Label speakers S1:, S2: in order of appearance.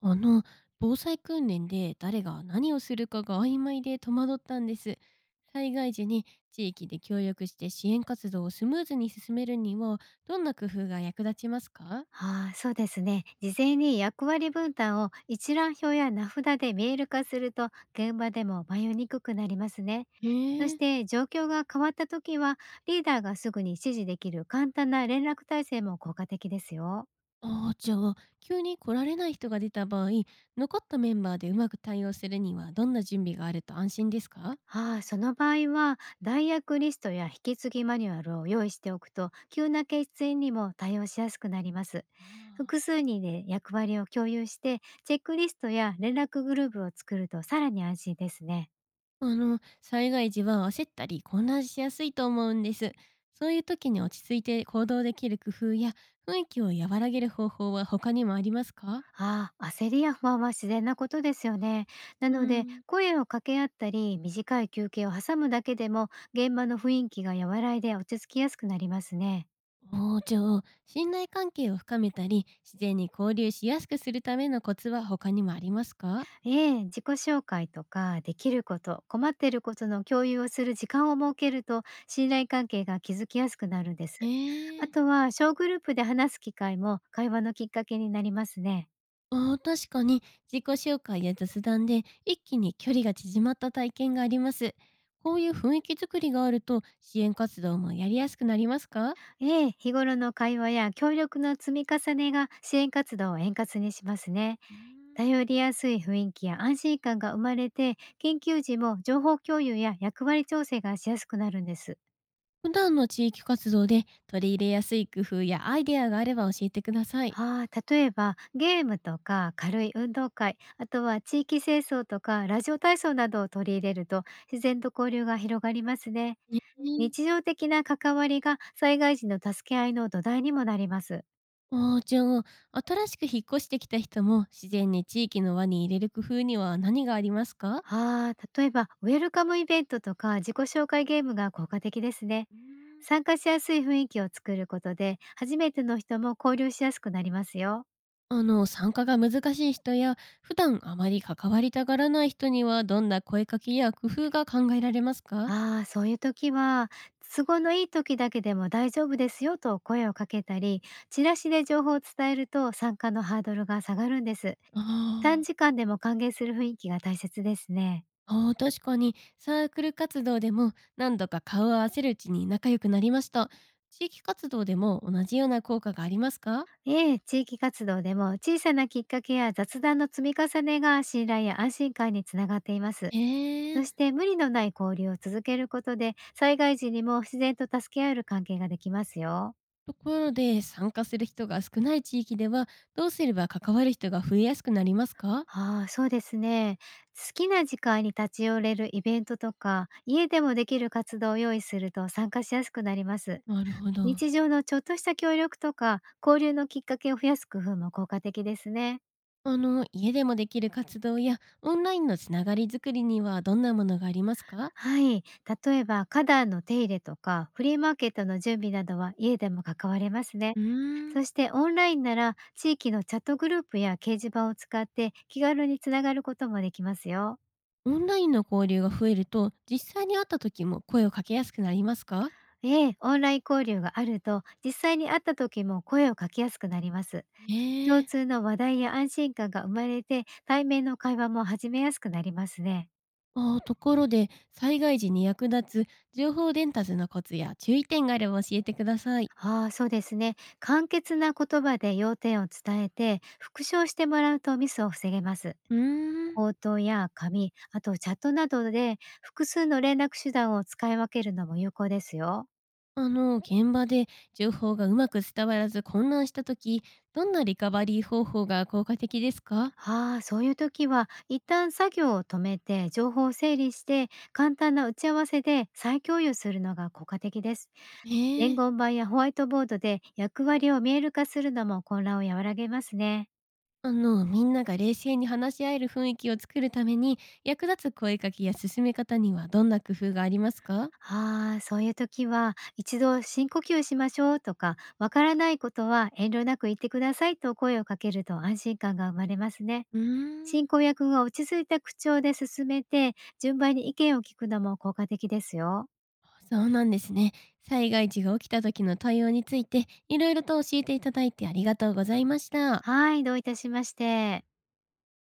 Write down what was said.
S1: あの、防災訓練で誰が何をするかが曖昧で戸惑ったんです。災害時に地域で協力して支援活動をスムーズに進めるには、どんな工夫が役立ちますか？
S2: ああ、そうですね。事前に役割分担を一覧表や名札で見える化すると、現場でも迷いにくくなりますね。そし
S1: ええ。
S2: て、状況が変わった時は、リーダーがすぐに指示できる簡単な連絡体制も効果的ですよ。
S1: ああ、じゃあ、急に来られない人が出た場合、残ったメンバーでうまく対応するには、どんな準備があると安心ですか？
S2: ああ、その場合は、代役リストや引き継ぎマニュアルを用意しておくと、急な欠員にも対応しやすくなります。
S1: ああ。
S2: 複数人で役割を共有して、チェックリストや連絡グループを作るとさらに安心ですね。
S1: 災害時は焦ったり混乱しやすいと思うんです。そういう時に落ち着いて行動できる工夫や雰囲気を和らげる方法は他にもありますか？
S2: ああ、焦りや不安は自然なことですよね。な
S1: う
S2: ので、
S1: ん、
S2: 声を掛け合ったり、短い休憩を挟むだけでも、現場の雰囲気が和らいで落ち着きやすくなりますね。
S1: おー、じゃあ、信頼関係を深めたり、自然に交流しやすくするためのコツは他にもありますか？
S2: ええ、自己紹介とか、できること、困っていることの共有をする時間を設けると、信頼関係が築きやすくなるんです。あ
S1: ええ。
S2: とは、小グループで話す機会も会話のきっかけになりますね。
S1: あー、確かに自己紹介や雑談で一気に距離が縮まった体験があります。こういう雰囲気作りがあると支援活動もやりやすくなりますか？
S2: ええ、日頃の会話や協力の積み重ねが支援活動を円滑にしますね。
S1: うーん。
S2: 頼りやすい雰囲気や安心感が生まれて、緊急時も情報共有や役割調整がしやすくなるんです。
S1: 普段の地域活動で取り入れやすい工夫やアイデアがあれば教えてください。
S2: ああ、例えばゲームとか、軽い運動会、あとは地域清掃とかラジオ体操などを取り入れると、自然と交流が広がりますね。
S1: ね。
S2: 日常的な関わりが災害時の助け合いの土台にもなります。
S1: あー、じゃあ、新しく引っ越してきた人も自然に地域の輪に入れる工夫には何がありますか？
S2: ああ、例えば、ウェルカムイベントとか自己紹介ゲームが効果的ですね。
S1: うーん。
S2: 参加しやすい雰囲気を作ることで、初めての人も交流しやすくなりますよ。
S1: 参加が難しい人や、普段あまり関わりたがらない人には、どんな声かけや工夫が考えられますか？あ
S2: ああ、そういう時は、都合のいい時だけでも大丈夫ですよと声をかけたり、チラシで情報を伝えると、参加のハードルが下がるんです。
S1: あ
S2: 短
S1: ー。
S2: 時間でも歓迎する雰囲気が大切ですね。
S1: ああ、確かにサークル活動でも何度か顔を合わせるうちに仲良くなりました。地域活動でも同じような効果がありますか？
S2: ええ、地域活動でも、小さなきっかけや雑談の積み重ねが信頼や安心感につながっています。
S1: へ
S2: そ
S1: え。
S2: して、無理のない交流を続けることで、災害時にも自然と助け合える関係ができますよ。
S1: ところで参加する人が少ない地域ではどうすれば関わる人が増えやすくなりますか？
S2: ああ、そうですね。好きな時間に立ち寄れるイベントとか、家でもできる活動を用意すると参加しやすくなります。
S1: なるほど。
S2: 日常のちょっとした協力とか、交流のきっかけを増やす工夫も効果的ですね。
S1: 家でもできる活動やオンラインのつながりづくりにはどんなものがありますか？
S2: はい。例えば、花壇の手入れとか、フリーマーケットの準備などは家でも関われますね。
S1: うーん。
S2: そして、オンラインなら地域のチャットグループや掲示板を使って気軽につながることもできますよ。
S1: オンラインの交流が増えると実際に会った時も声をかけやすくなりますか？
S2: ええ、オンライン交流があると、実際に会った時も声をかけやすくなります。
S1: へ
S2: 共
S1: え。
S2: 通の話題や安心感が生まれて、対面の会話も始めやすくなりますね。
S1: ああ、ところで、災害時に役立つ情報伝達のコツや注意点があれば教えてください。
S2: ああ、そうですね。簡潔な言葉で要点を伝えて復唱してもらうと、ミスを防げます。
S1: うーん。
S2: 口頭や紙、あとチャットなどで複数の連絡手段を使い分けるのも有効ですよ。
S1: 現場で情報がうまく伝わらず混乱した時、どんなリカバリー方法が効果的ですか？
S2: ああ、そういう時は、一旦作業を止めて情報を整理して、簡単な打ち合わせで再共有するのが効果的です。
S1: え
S2: 伝
S1: え。
S2: 言板やホワイトボードで役割を見える化するのも、混乱を和らげますね。
S1: みんなが冷静に話し合える雰囲気を作るために、役立つ声かけや進め方にはどんな工夫がありますか？
S2: ああ、そういう時は、一度深呼吸しましょうとか、わからないことは遠慮なく言ってくださいと声をかけると安心感が生まれますね。
S1: うーん。
S2: 進行役が落ち着いた口調で進めて、順番に意見を聞くのも効果的ですよ。
S1: そうなんですね。災害時が起きた時の対応について、いろいろと教えていただいてありがとうございました。
S2: はい、どういたしまして。